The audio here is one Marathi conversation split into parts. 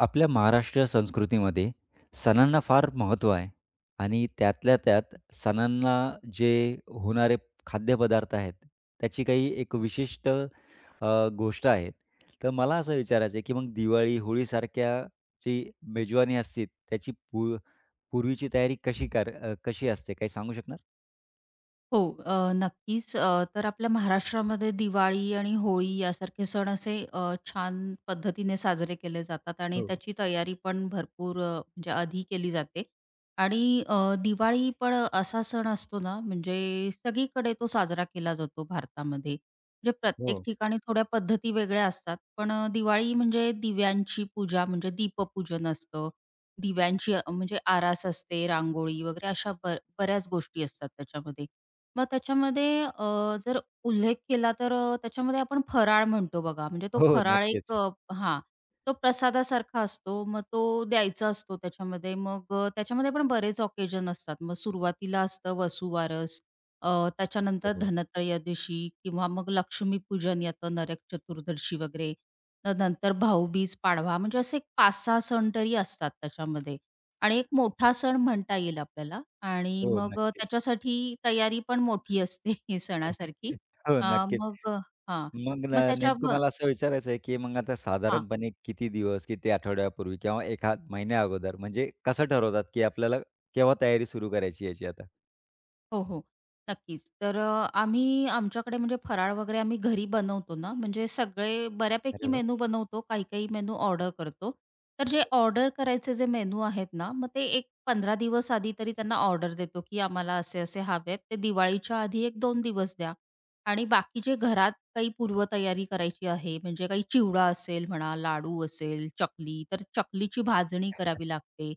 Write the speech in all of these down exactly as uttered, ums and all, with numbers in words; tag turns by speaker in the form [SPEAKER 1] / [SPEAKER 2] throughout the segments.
[SPEAKER 1] आपल्या महाराष्ट्रीय संस्कृतीमध्ये सणांना फार महत्त्व आहे आणि त्यातल्या त्यात सणांना जे होणारे खाद्यपदार्थ आहेत, त्याची काही एक विशिष्ट अ, गोष्ट आहे. तर मला असं विचारायचं आहे, की मग दिवाळी, होळीसारख्या जी मेजवानी असते, त्याची पू पूर्वीची तयारी कशी कर अ, कशी असते? काही सांगू शकणार?
[SPEAKER 2] हो, अ, नक्कीच. अ, तर आपल्या महाराष्ट्रामध्ये दिवाळी आणि होळी यासारखे सण असे अ, छान पद्धतीने साजरे केले जातात आणि
[SPEAKER 1] हो,
[SPEAKER 2] त्याची तयारी पण भरपूर अ, म्हणजे आधी केली जाते. आणि अ, दिवाळी पण असा सण असतो ना, म्हणजे सगळीकडे तो साजरा केला जातो भारतामध्ये. म्हणजे प्रत्येक
[SPEAKER 1] हो.
[SPEAKER 2] ठिकाणी थोड्या पद्धती वेगळ्या असतात. पण अ, दिवाळी म्हणजे दिव्यांची पूजा म्हणजे दीपपूजन असतं. दिव्यांची अ, म्हणजे आरास असते, रांगोळी वगैरे अशा ब बऱ्याच गोष्टी असतात त्याच्यामध्ये. मग त्याच्यामध्ये अ, जर उल्लेख केला तर अ, त्याच्यामध्ये आपण फराळ म्हणतो बघा. म्हणजे तो
[SPEAKER 1] हो,
[SPEAKER 2] फराळ एक
[SPEAKER 1] नक्कीच.
[SPEAKER 2] अ, हां. तो प्रसादासारखा असतो. मग तो द्यायचा असतो त्याच्यामध्ये. मग अ, त्याच्यामध्ये पण बरेच ऑकेजन असतात. मग सुरुवातीला असतं वसुबारस, अ, त्याच्यानंतर
[SPEAKER 1] बरोबर.
[SPEAKER 2] धनत्रयोदशी किंवा मग लक्ष्मीपूजन येतं, नरक चतुर्दशी वगैरे. तर नंतर भाऊबीज, पाडवा म्हणजे असे पाच सहा सण तरी असतात त्याच्यामध्ये. आणि एक मोठा सण म्हणता येईल आपल्याला आणि
[SPEAKER 1] हो,
[SPEAKER 2] मग अ,
[SPEAKER 1] नक्कीच.
[SPEAKER 2] त्याच्यासाठी तयारी पण मोठी असते सणासारखी.
[SPEAKER 1] हो,
[SPEAKER 2] अ,
[SPEAKER 1] नक्कीच.
[SPEAKER 2] मग अ, हां.
[SPEAKER 1] मग न
[SPEAKER 2] मग त्याच्या
[SPEAKER 1] नेमकं मला असं विचारायचं आहे, की मग आता
[SPEAKER 2] हां.
[SPEAKER 1] साधारणपणे किती दिवस, किती आठवड्यापूर्वी किंवा एक महिन्या अगोदर म्हणजे कसं ठरवतात, की आपल्याला केव्हा तयारी सुरू करायची याची आता?
[SPEAKER 2] हो, हो. नक्कीच. तर अ, आम्ही आमच्याकडे म्हणजे फराळ वगैरे आम्ही घरी बनवतो ना, म्हणजे सगळे बऱ्यापैकी
[SPEAKER 1] अरे वाह!
[SPEAKER 2] मेनू बनवतो, काही-काही मेनू ऑर्डर करतो. तर जे
[SPEAKER 1] अच्छा.
[SPEAKER 2] ऑर्डर करायचे जे मेनू आहेत ना, मग ते एक पंधरा दिवस आधी तरी त्यांना ऑर्डर देतो, की आम्हाला असे-असे हवे ते दिवाळीच्या आधी एक दोन दिवस द्या. आणि बाकी जे घरात काही पूर्वतयारी करायची आहे, म्हणजे काही चिवडा असेल म्हणा, लाडू असेल, चकली, तर चकलीची भाजणी करावी लागते.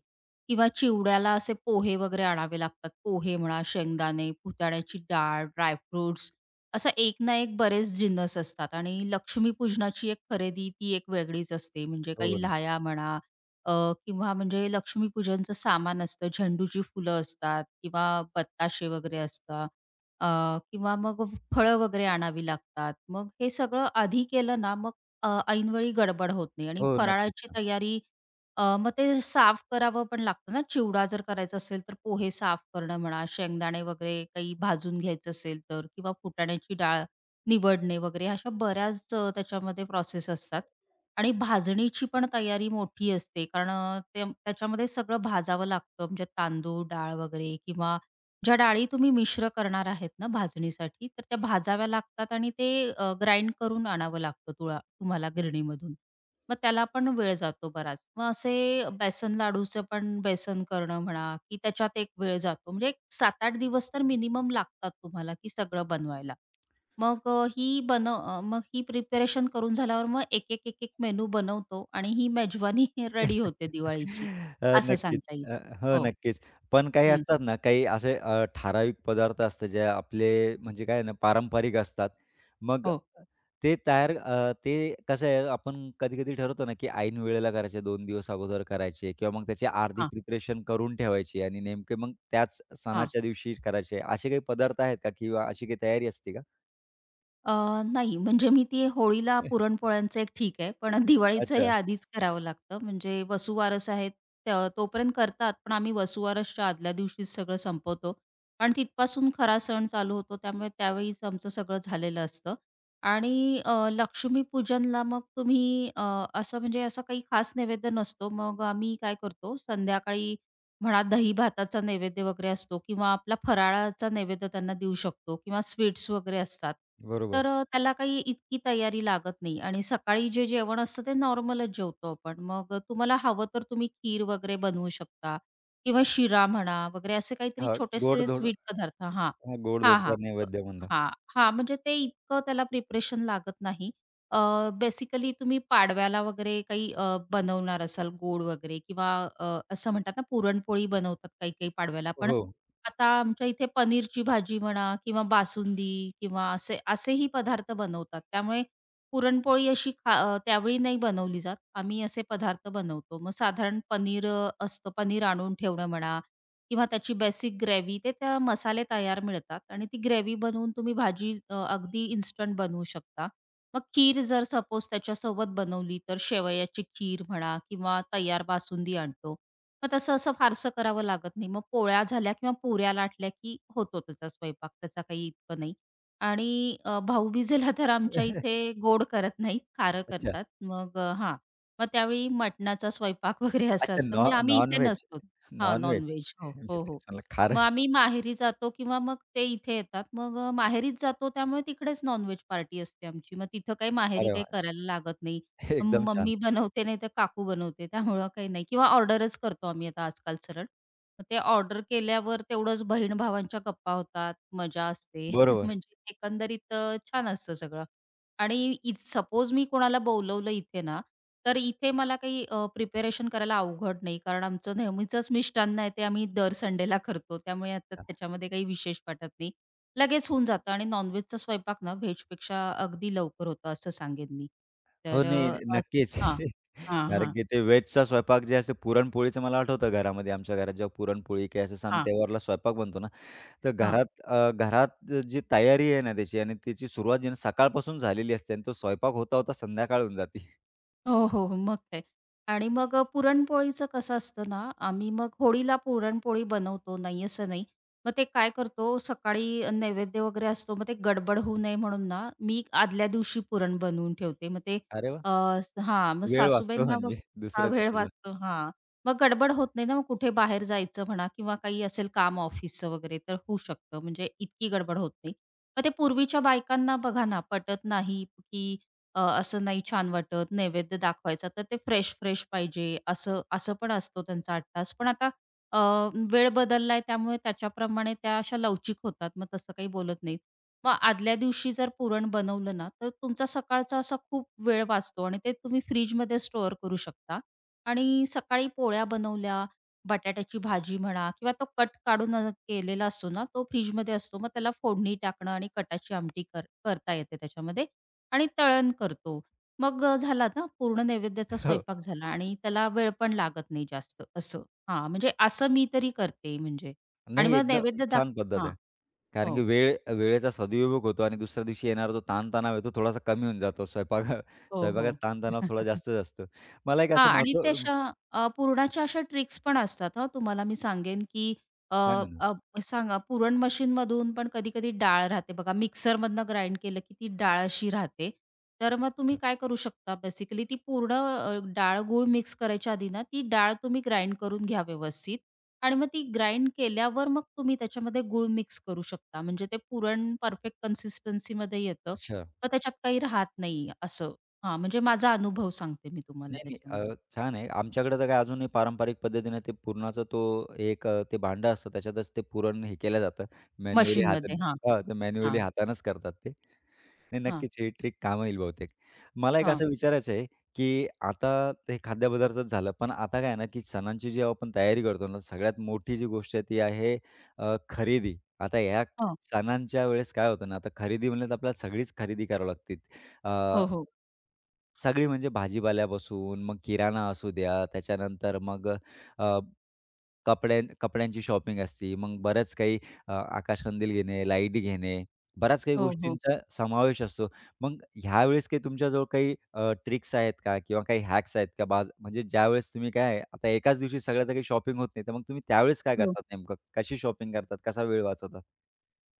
[SPEAKER 2] किंवा चिवड्याला असे पोहे वगैरे आणावे लागतात. पोहे म्हणा, शेंगदाणे, फुटाण्याची डाळ, ड्रायफ्रुट्स असा एक ना एक बरेच जिन्नस असतात आणि लक्ष्मीपूजनाची एक खरेदी ती एक वेगळीच असते. म्हणजे
[SPEAKER 1] हो
[SPEAKER 2] काही
[SPEAKER 1] ना.
[SPEAKER 2] लाह्या म्हणा अ, किंवा म्हणजे लक्ष्मीपूजनचं सामान असतं, झेंडूची फुलं असतात किंवा बत्ताशे वगैरे असतात अ, किंवा मग फळं वगैरे आणावी लागतात. मग हे सगळं आधी केलं ना, मग अ, ऐनवेळी गडबड होत नाही आणि
[SPEAKER 1] हो, नक्कीच.
[SPEAKER 2] फराळाची तयारी अ, मग ते साफ करावं पण लागतं ना, चिवडा जर करायचा असेल, तर पोहे साफ करणं म्हणा, शेंगदाणे वगैरे काही भाजून घ्यायचं असेल तर किंवा फुटाण्याची डाळ निवडणे वगैरे अशा बऱ्याच अ, त्याच्यामध्ये प्रोसेस असतात. आणि भाजणीची पण तयारी मोठी असते कारण अ, ते त्याच्यामध्ये सगळं भाजावं लागतं म्हणजे तांदूळ, डाळ वगैरे किंवा ज्या डाळी तुम्ही मिश्र करणार आहेत ना भाजणीसाठी, तर त्या भाजाव्या लागतात आणि ते ग्राइंड करून आणावं लागतं तुळा तुम्हाला गिरणीमधून. मग त्याला पण वेळ जातो बराच. मग असे बेसन लाडूचं पण बेसन करणं म्हणा, की त्याच्यात एक वेळ जातो. म्हणजे एक सात आठ दिवस तर मिनिमम लागतात तुम्हाला, की सगळं बनवायला. मग अ, ही बन अ, मग ही प्रिपरेशन करून झाल्यावर मग एक-एक, एक-एक मेनू बनवतो आणि ही मेजवानी रेडी होते दिवाळीची,
[SPEAKER 1] अ,
[SPEAKER 2] असं
[SPEAKER 1] नक्कीच.
[SPEAKER 2] सांगता येईल.
[SPEAKER 1] अ, हो,
[SPEAKER 2] हो.
[SPEAKER 1] नक्कीच. पण काही
[SPEAKER 2] हं.
[SPEAKER 1] असतात ना, काही असे अ, ठराविक पदार्थ असतात, जे आपले म्हणजे काय ना, पारंपरिक असतात. मग
[SPEAKER 2] हो.
[SPEAKER 1] ते तयार अ, ते कसं आहे, आपण कधी-कधी ठरवतो ना, की ऐन वेळेला करायचे, दोन दिवस अगोदर करायचे किंवा मग त्याची अर्धी प्रिपरेशन करून ठेवायची आणि नेमके मग त्याच
[SPEAKER 2] हां.
[SPEAKER 1] सणाच्या दिवशी करायचे. असे काही पदार्थ आहेत का किंवा अशी काही तयारी असते का?
[SPEAKER 2] अ, नाही, म्हणजे मी ती होळीला पुरणपोळ्यांचं एक ठीक आहे, पण दिवाळीचं हे
[SPEAKER 1] अच्छा,
[SPEAKER 2] आधीच करावं लागतं. म्हणजे वसुवारस आहे, त तोपर्यंत करतात, पण आम्ही वसुवारसच्या आदल्या दिवशीच सगळं संपवतो. कारण तिथपासून खरा सण चालू होतो, त्यामुळे त्यावेळीच आमचं सगळं झालेलं असतं. आणि अ, लक्ष्मीपूजनला मग तुम्ही अ, असं म्हणजे असा काही खास नैवेद्य नसतो. मग आम्ही काय करतो, संध्याकाळी म्हणा दही भाताचा नैवेद्य वगैरे असतो किंवा आपला फराळाचा नैवेद्य त्यांना देऊ शकतो किंवा स्वीट्स वगैरे असतात.
[SPEAKER 1] बरोबर.
[SPEAKER 2] तर अ, त्याला काही इतकी तयारी लागत नाही आणि सकाळी जे जेवण असतं ते नॉर्मलच जेवतो आपण. मग अ, तुम्हाला हवं तर तुम्ही खीर वगैरे बनवू शकता किंवा शिरा म्हणा वगैरे असे काहीतरी
[SPEAKER 1] हां,
[SPEAKER 2] छोटेसे
[SPEAKER 1] गोड-धोड
[SPEAKER 2] स्वीट पदार्थ हां. हां, हां.
[SPEAKER 1] हां, नैवेद्य म्हणता.
[SPEAKER 2] हां, हां. म्हणजे ते इतकं त्याला प्रिपरेशन लागत नाही. अ, बेसिकली तुम्ही पाडव्याला वगैरे काही अ, बनवणार असाल गोड वगैरे किंवा अ, असं म्हणतात ना पुरणपोळी बनवतात काही-काही पाडव्याला. पण
[SPEAKER 1] हो.
[SPEAKER 2] आता आमच्या इथे पनीरची भाजी म्हणा किंवा बासुंदी किंवा असे असेही पदार्थ बनवतात. त्यामुळे पुरणपोळी अशी खा अ, त्यावेळी नाही बनवली जात. आम्ही असे पदार्थ बनवतो. मग साधारण पनीर अ, असतं. पनीर आणून ठेवणं म्हणा किंवा त्याची बेसिक ग्रेव्ही ते त्या मसाले तयार मिळतात आणि ती ग्रेव्ही बनवून तुम्ही भाजी अ, अगदी इन्स्टंट बनवू शकता. मग खीर जर सपोज त्याच्यासोबत बनवली तर शेवयाची खीर म्हणा किंवा तयार बासुंदी आणतो. मग तसं असं फारसं करावं लागत नाही. मग पोळ्या झाल्या किंवा पुऱ्या लाटल्या की होतो त्याचा स्वयंपाक. त्याचा काही इतकं नाही. आणि अ, भाऊबीजेला तर आमच्या इथे गोड करत नाहीत, खारं
[SPEAKER 1] अच्छा.
[SPEAKER 2] करतात. मग अ, हां. मग त्यावेळी मटणाचा स्वयंपाक वगैरे असं
[SPEAKER 1] अच्छा
[SPEAKER 2] असतं.
[SPEAKER 1] नॉ
[SPEAKER 2] म्हणजे आम्ही इथे
[SPEAKER 1] नॉन-व्हेज,
[SPEAKER 2] नसतो हां, नॉन
[SPEAKER 1] नॉन-व्हेज.
[SPEAKER 2] हो,
[SPEAKER 1] म्हणजे
[SPEAKER 2] हो, हो.
[SPEAKER 1] तेच म्हणलं
[SPEAKER 2] मग
[SPEAKER 1] खारं.
[SPEAKER 2] आम्ही माहेरी जातो किंवा मग ते इथे येतात. मग अ, माहेरीच जातो त्यामुळे तिकडेच नॉन पार्टी असते आमची. मग तिथं काही माहेरी
[SPEAKER 1] अरे
[SPEAKER 2] काही
[SPEAKER 1] वाह!
[SPEAKER 2] करायला लागत नाही. अ,
[SPEAKER 1] एकदम छान.
[SPEAKER 2] मम्मी बनवते नाहीतर काकू बनवते त्यामुळं काही नाही किंवा ऑर्डरच करतो आम्ही आता आजकाल सरळ. मग ते ऑर्डर केल्यावर तेवढंच बहीण-भावांच्या गप्पा होतात, मजा असते.
[SPEAKER 1] बरोबर.
[SPEAKER 2] म्हणजे एकंदरीत अ, छान असतं सगळं. आणि सपोज मी कोणाला बोलवलं इथे ना, तर इथे मला काही प्रिपेरेशन प्रिपरेशन करायला अवघड नाही. कारण आमचं नेहमीचंच मिष्टान्न आहे ते आम्ही दर संडेला करतो. त्यामुळे आता त्याच्यामध्ये काही विशेष वाटत नाही. लगेच होऊन जातं आणि नॉन-व्हेजचा स्वयंपाक ना व्हेजपेक्षा अगदी लवकर होतो असं सांगेन मी.
[SPEAKER 1] हो,
[SPEAKER 2] तर
[SPEAKER 1] नाही
[SPEAKER 2] अ, अ
[SPEAKER 1] नक्कीच.
[SPEAKER 2] हां. हां,
[SPEAKER 1] कारण
[SPEAKER 2] हां.
[SPEAKER 1] की ते व्हेजचा स्वयंपाक जे असते पुरणपोळीचं मला आठवतं घरामध्ये आमच्या घरात जेव्हा पुरणपोळी काही असं सण
[SPEAKER 2] हां,
[SPEAKER 1] त्योहारला स्वयंपाक बनतो ना, तर घरात अ, घरात जी तयारी आहे ना त्याची आणि त्याची सुरुवात जी आहे ना सकाळपासून झालेली असते आणि तो स्वयंपाक होता-होता संध्याकाळ होऊन जाते.
[SPEAKER 2] हो, हो, हो. मग काय. आणि मग अ, पुरणपोळीचं कसं असतं ना, आम्ही मग होळीला पुरणपोळी बनवतो, नाही असं नाही. मग ते काय करतो, सकाळी अ, नैवेद्य वगैरे असतो, मग ते गडबड होऊ नये म्हणून ना, मी आदल्या दिवशी पुरण बनवून ठेवते. मग ते
[SPEAKER 1] अरे वाह!
[SPEAKER 2] अ, हां, मग
[SPEAKER 1] वेळ वाचतो
[SPEAKER 2] सासूबाईंना मग
[SPEAKER 1] म्हणजे
[SPEAKER 2] हा
[SPEAKER 1] दुसऱ्या
[SPEAKER 2] वेळ
[SPEAKER 1] दिवशीचा.
[SPEAKER 2] वाचतो हां. मग गडबड होत नाही ना, मग कुठे बाहेर जायचं म्हणा किंवा काही असेल काम ऑफिसचं वगैरे, तर होऊ शकतं. म्हणजे इतकी गडबड होत नाही. मग ते पूर्वीच्या बायकांना बघा ना, पटत नाही, की अ, असं नाही छान वाटत, नैवेद्य दाखवायचा तर ते फ्रेश-फ्रेश पाहिजे असं असं पण असतो त्यांचा अट्टास. पण आता अ, वेळ बदललाय त्यामुळे त्याच्याप्रमाणे त्या अशा लवचिक होतात. मग तसं काही बोलत नाहीत. मग आदल्या दिवशी जर पुरण बनवलं ना, तर तुमचा सकाळचा असा खूप वेळ वाचतो आणि ते तुम्ही फ्रिजमध्ये स्टोअर करू शकता आणि सकाळी पोळ्या बनवल्या, बटाट्याची भाजी म्हणा किंवा तो कट काढून अ, केलेला असतो ना, तो फ्रिजमध्ये असतो. मग त्याला फोडणी टाकणं आणि कटाची आमटी कर करता येते त्याच्यामध्ये आणि तळण करतो. मग अ, झाला ना पूर्ण नैवेद्याचा
[SPEAKER 1] हो.
[SPEAKER 2] स्वयंपाक झाला आणि त्याला वेळ पण लागत नाही जास्त असं. हां, म्हणजे असं मी तरी करते म्हणजे आणि
[SPEAKER 1] नाही
[SPEAKER 2] मग
[SPEAKER 1] एकदम
[SPEAKER 2] नैवेद्य दाख
[SPEAKER 1] छान पद्धत
[SPEAKER 2] हां.
[SPEAKER 1] आहे. कारण
[SPEAKER 2] हो.
[SPEAKER 1] की वेळ वेळेचा सदुपयोग होतो आणि दुसऱ्या दिवशी येणारा जो ताणतणाव आहे तो थोडासा कमी होऊन जातो. स्वयंपाका
[SPEAKER 2] हो,
[SPEAKER 1] स्वयंपाकाचा
[SPEAKER 2] हो.
[SPEAKER 1] ताणतणाव थोडा जास्तच असतो. मला एक
[SPEAKER 2] हां
[SPEAKER 1] असं
[SPEAKER 2] आणि ते
[SPEAKER 1] महत्व
[SPEAKER 2] अशा अ, पुरणाच्या अशा ट्रिक्स पण असतात हां, तुम्हाला मी सांगेन, की अ,
[SPEAKER 1] सांगा ना?
[SPEAKER 2] अ, सांगा पुरण मशीनमधून पण कधी-कधी डाळ राहते बघा, मिक्सरमधनं ग्राइंड केलं की ती डाळ अशी राहते. तर मग तुम्ही
[SPEAKER 1] अच्छा.
[SPEAKER 2] काय करू शकता बेसिकली ती पूर्ण अ, डाळ, गूळ मिक्स करायच्या आधी ना, ती डाळ तुम्ही ग्राइंड करून घ्या व्यवस्थित आणि मग ती ग्राइंड केल्यावर मग तुम्ही त्याच्यामध्ये गूळ मिक्स करू शकता. म्हणजे ते पुरण परफेक्ट कन्सिस्टन्सीमध्ये येतं.
[SPEAKER 1] अच्छा.
[SPEAKER 2] मग त्याच्यात काही राहत नाही असं. हां, म्हणजे माझा अनुभव सांगते मी तुम्हाला
[SPEAKER 1] नाही, नाही. अ,
[SPEAKER 2] त्याच्यामध्ये
[SPEAKER 1] छान आहे. आमच्याकडे तर काय अजूनही पारंपरिक पद्धतीने ते पुरणाचा तो एक अ, ते भांडं असतं त्याच्यातच ते पुरण हे केलं जातं मॅन्युअली हाताने
[SPEAKER 2] मशीनमध्ये. हां,
[SPEAKER 1] हां, तर मॅन्युअली
[SPEAKER 2] हां,
[SPEAKER 1] हातानेच करतात ते. नाही,
[SPEAKER 2] हां,
[SPEAKER 1] नक्कीच ही ट्रिक कामं येईल बहुतेक. मला एक
[SPEAKER 2] हां,
[SPEAKER 1] असं विचारायचं आहे, की आता ते खाद्यपदार्थच झालं, पण आता काय आहे ना, की सणांची जी आपण तयारी करतो ना, सगळ्यात मोठी जी गोष्ट आहे ती आहे अ, खरेदी. आता ह्या
[SPEAKER 2] हां.
[SPEAKER 1] सणांच्या वेळेस काय होतं ना, आता खरेदी म्हणलं तर आपल्याला सगळीच खरेदी करावी लागते. अ,
[SPEAKER 2] हो, हो, हो.
[SPEAKER 1] सगळी म्हणजे भाजीपाल्यापासून, मग किराणा असू द्या, त्याच्यानंतर मग कपड्या कपड्यांची शॉपिंग असते. मग बऱ्याच काही अ, आकाशकंदील घेणे, लाईट घेणे, बऱ्याच काही
[SPEAKER 2] हो, हो.
[SPEAKER 1] गोष्टींचा समावेश असतो. मग ह्यावेळेस काही तुमच्याजवळ काही ट्रिक्स आहेत का? किंवा काही हॅक्स आहेत का? बाज म्हणजे ज्यावेळेस तुम्ही काय आहे, आता एकाच दिवशी सगळ्या काही शॉपिंग होत नाही. तर मग तुम्ही त्यावेळेस काय
[SPEAKER 2] हो.
[SPEAKER 1] करतात नेमकं? कशी शॉपिंग करतात? कसा वेळ वाचवतात?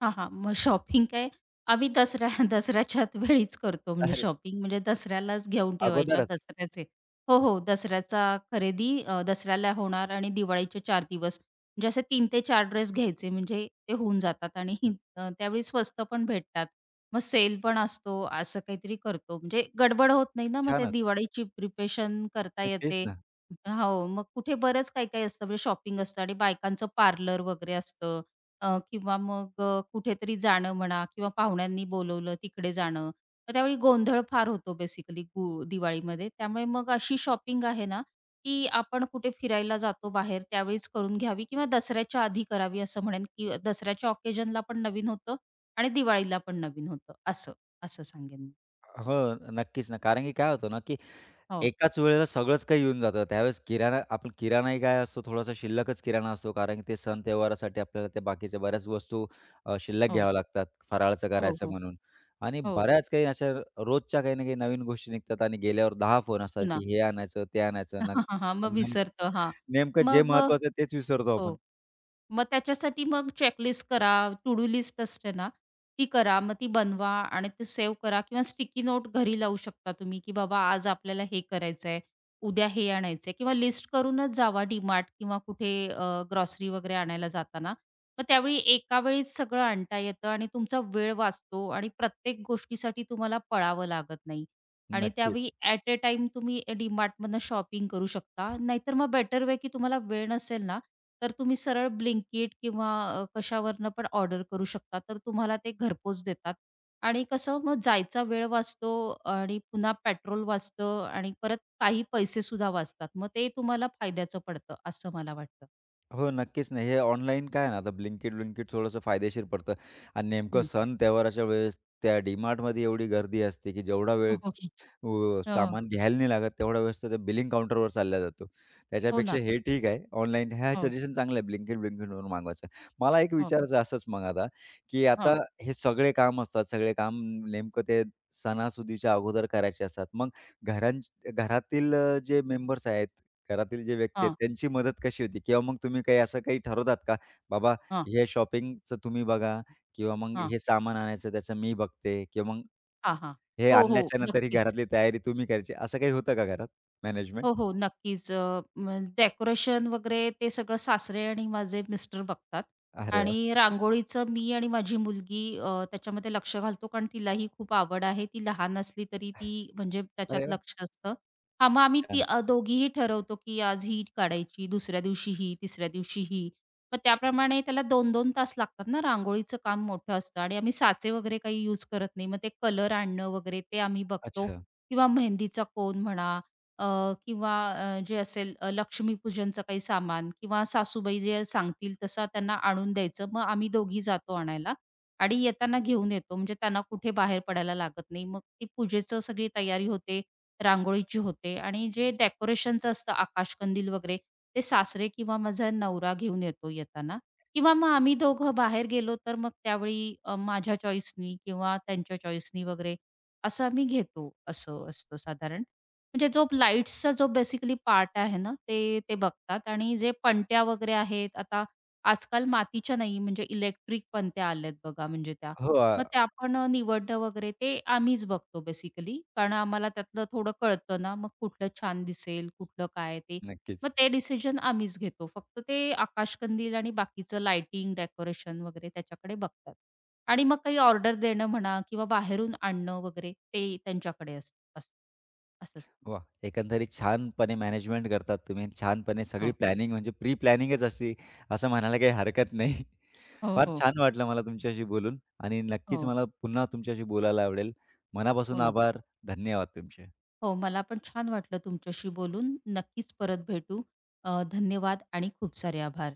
[SPEAKER 2] हां, हां. मग शॉपिंग काय आम्ही दसऱ्या दसऱ्याच्या वेळीच करतो म्हणजे
[SPEAKER 1] अरे!
[SPEAKER 2] शॉपिंग म्हणजे दसऱ्यालाच घेऊन ठेवायच्या
[SPEAKER 1] अगोदरच.
[SPEAKER 2] दसऱ्याचे हो, हो. दसऱ्याचा खरेदी अ, दसऱ्याला होणार आणि दिवाळीचे चार दिवस म्हणजे असे तीन ते चार ड्रेस घ्यायचे म्हणजे ते होऊन जातात आणि हि- अ, त्यावेळी स्वस्त पण भेटतात. मग सेल पण असतो असं काहीतरी करतो म्हणजे गडबड होत नाही ना, मग त्या
[SPEAKER 1] छानच.
[SPEAKER 2] दिवाळीची प्रिपरेशन करता
[SPEAKER 1] तर तेच
[SPEAKER 2] येते.
[SPEAKER 1] ना.
[SPEAKER 2] हो, मग कुठे बरंच काही-काही असतं म्हणजे शॉपिंग असतं आणि बायकांचं पार्लर वगैरे असतं. अ, किंवा मग अ, कुठेतरी जाणं म्हणा किंवा पाहुण्यांनी बोलवलं तिकडे जाणं. मग त्यावेळी गोंधळ फार होतो बेसिकली गु दिवाळीमध्ये. त्यामुळे मग अशी शॉपिंग आहे ना, की आपण कुठे फिरायला जातो बाहेर त्यावेळीच करून घ्यावी किंवा दसऱ्याच्या आधी करावी असं म्हणेन, की दसऱ्याच्या ऑकेजनला पण नवीन होतं आणि दिवाळीला पण नवीन होतं असं, असं सांगेन मी.
[SPEAKER 1] हो, नक्कीच ना. कारण की काय होतं ना, की
[SPEAKER 2] हो,
[SPEAKER 1] एकाच वेळेला सगळंच काही येऊन जातं. त्यावेळेस किराणा आपण किराणाही काय असतो थोडासा शिल्लकच किराणा असतो. कारण की ते सण त्योहारासाठी आपल्याला त्या बाकीच्या बऱ्याच वस्तू अ, शिल्लक
[SPEAKER 2] हो,
[SPEAKER 1] घ्याव्या लागतात, फराळाचं
[SPEAKER 2] हो,
[SPEAKER 1] करायचं
[SPEAKER 2] हो,
[SPEAKER 1] म्हणून. आणि
[SPEAKER 2] हो,
[SPEAKER 1] बऱ्याच काही अशा रोजच्या काही ना काही नवीन गोष्टी निघतात आणि गेल्यावर दहा फोन
[SPEAKER 2] हो
[SPEAKER 1] असतात,
[SPEAKER 2] ना.
[SPEAKER 1] की हे आणायचं, ते आणायचं. न
[SPEAKER 2] हां, हां, हां. मग
[SPEAKER 1] नेम
[SPEAKER 2] विसरतो. हां.
[SPEAKER 1] नेमकं जे
[SPEAKER 2] मग अ,
[SPEAKER 1] महत्त्वाचं आहे तेच विसरतो
[SPEAKER 2] हो.
[SPEAKER 1] आपण.
[SPEAKER 2] मग त्याच्यासाठी मग चेकलिस्ट करा, टू डू लिस्ट असते ना, ती करा. मग ती बनवा आणि ते सेव्ह करा किंवा स्टिकी नोट घरी लावू शकता तुम्ही, की बाबा आज आपल्याला हे करायचंय, उद्या हे आणायचंय किंवा लिस्ट करूनच जावा डीमार्ट किंवा कुठे ग्रॉसरी वगैरे आणायला जाताना. मग त्यावेळी एका वेळीच सगळं आणता येतं आणि तुमचा वेळ वाचतो आणि प्रत्येक गोष्टीसाठी तुम्हाला पळावं लागत नाही आणि
[SPEAKER 1] नक्कीच.
[SPEAKER 2] त्यावेळी ॲट अ टाईम तुम्ही डीमार्टमधनं शॉपिंग करू शकता. नाहीतर मग बेटर वे की तुम्हाला वेळ नसेल ना तर तुम्ही सरळ Blinkit किंवा अ, कशावरनं पण ऑर्डर करू शकता. तर तुम्हाला ते घरपोच देतात आणि कसं मग जायचा वेळ वाचतो आणि पुन्हा पेट्रोल वाचतं आणि परत काही पैसेसुद्धा वाचतात. मग ते तुम्हाला फायद्याचं पडतं असं मला वाटतं.
[SPEAKER 1] हो, नक्कीच नाही. हे ऑनलाईन काय आहे ना, आता ब्लिंकिट, Blinkit थोडंसं फायदेशीर पडतं आणि नेमकं
[SPEAKER 2] हं.
[SPEAKER 1] सण त्योहाराच्या वेळेस त्या डी-मार्टमध्ये एवढी गर्दी असते, की जेवढा वेळ
[SPEAKER 2] हो, हो, हो.
[SPEAKER 1] अ,
[SPEAKER 2] हो.
[SPEAKER 1] सामान घ्यायला नाही लागत, तेवढा वेळेस तर ते बिलिंग काउंटरवर चालला जातो.
[SPEAKER 2] हो
[SPEAKER 1] त्याच्यापेक्षा
[SPEAKER 2] ना.
[SPEAKER 1] हे ठीक आहे. ऑनलाईन ह्या
[SPEAKER 2] हो,
[SPEAKER 1] सजेशन चांगलं आहे Blinkit, Blinkitवरून मागवायचं. मला एक
[SPEAKER 2] हो.
[SPEAKER 1] विचारायचं असंच मग आता, की आता
[SPEAKER 2] हां,
[SPEAKER 1] हे सगळे काम असतात, सगळे काम नेमकं ते सणासुदीच्या अगोदर करायचे असतात. मग घरां घरातील अ, जे मेंबर्स आहेत घरातील जे व्यक्ती आहेत
[SPEAKER 2] हां,
[SPEAKER 1] त्यांची मदत कशी होती? किंवा मग तुम्ही काही असं काही ठरवतात का? बाबा
[SPEAKER 2] हां,
[SPEAKER 1] हे शॉपिंगचं तुम्ही बघा किंवा मग
[SPEAKER 2] हां,
[SPEAKER 1] हे सामान आणायचं त्याचं मी बघते किंवा मग
[SPEAKER 2] हां, हां.
[SPEAKER 1] हे
[SPEAKER 2] हो, हो.
[SPEAKER 1] आणल्याच्या नंतर ही
[SPEAKER 2] नक्कीच.
[SPEAKER 1] घरातली तयारी तुम्ही करायची. असं काही होतं का घरात मॅनेजमेंट?
[SPEAKER 2] हो, हो. नक्कीच. डेकोरेशन वगैरे ते सगळं सासरे आणि माझे मिस्टर बघतात
[SPEAKER 1] अरे वाह!
[SPEAKER 2] आणि रांगोळीचं मी आणि माझी मुलगी अ, त्याच्यामध्ये लक्ष घालतो, कारण तिलाही खूप आवड आहे. ती लहान असली तरी ती म्हणजे त्याच्यात
[SPEAKER 1] अरे वाह!
[SPEAKER 2] लक्ष असतं. हां, मग आम्ही ती
[SPEAKER 1] छान.
[SPEAKER 2] अ, दोघीही ठरवतो, की आज ही काढायची, दुसऱ्या दिवशी ही, तिसऱ्या दिवशी ही. मग त्याप्रमाणे त्याला दोन दोन तास लागतात ना, रांगोळीचं काम मोठं असतं आणि आम्ही साचे वगैरे काही यूज करत नाही. मग ते कलर आणणं वगैरे ते आम्ही बघतो
[SPEAKER 1] अच्छा.
[SPEAKER 2] किंवा मेहंदीचा कोन म्हणा अ, किंवा अ, जे असेल अ, लक्ष्मीपूजनचं काही सामान किंवा सासूबाई जे सांगतील तसं त्यांना आणून द्यायचं. मग आम्ही दोघी जातो आणायला आणि येताना घेऊन येतो. म्हणजे त्यांना कुठे बाहेर पडायला लागत नाही. मग ती पूजेचं सगळी तयारी होते, रांगोळीची होते आणि जे डेकोरेशनचं असतं आकाशकंदील वगैरे ते सासरे किंवा माझा नवरा घेऊन येतो येताना किंवा मग आम्ही दोघं बाहेर गेलो तर मग त्यावेळी अ, माझ्या चॉईसनी किंवा त्यांच्या चॉईसनी वगैरे असं आम्ही घेतो. असं असतं साधारण. म्हणजे जो लाईट्सचा जो बेसिकली पार्ट आहे ना, ते ते बघतात आणि जे पणत्या वगैरे आहेत, आता आजकाल मातीच्या नाही म्हणजे इलेक्ट्रिक पणत्या आल्यात बघा म्हणजे त्या.
[SPEAKER 1] हो,
[SPEAKER 2] मग
[SPEAKER 1] अ,
[SPEAKER 2] त्या आपण अ, निवडणं वगैरे ते आम्हीच बघतो बेसिकली. कारण आम्हाला त्यातलं थोडं कळतं ना, मग कुठलं छान दिसेल, कुठलं काय ते.
[SPEAKER 1] नक्कीच.
[SPEAKER 2] मग ते डिसिजन आम्हीच घेतो. फक्त ते आकाशकंदील आणि बाकीचं लाइटिंग, डेकोरेशन वगैरे त्याच्याकडे बघतात. आणि मग काही ऑर्डर देणं म्हणा किंवा बाहेरून आणणं वगैरे ते त्यांच्याकडे असतं असं. असंच.
[SPEAKER 1] वाह! एकंदरीत छानपणे मॅनेजमेंट करतात तुम्ही. छानपणे सगळी
[SPEAKER 2] हो.
[SPEAKER 1] प्लॅनिंग म्हणजे प्री प्लॅनिंगच असते असं म्हणायला काही हरकत नाही.
[SPEAKER 2] हो,
[SPEAKER 1] फार
[SPEAKER 2] हो.
[SPEAKER 1] छान वाटलं मला तुमच्याशी बोलून आणि नक्कीच
[SPEAKER 2] हो.
[SPEAKER 1] मला पुन्हा तुमच्याशी बोलायला आवडेल. मनापासून
[SPEAKER 2] हो ना.
[SPEAKER 1] आभार. धन्यवाद तुमचे.
[SPEAKER 2] हो, मला पण छान वाटलं तुमच्याशी बोलून. नक्कीच परत भेटू. अ, धन्यवाद आणि खूप सारे आभार.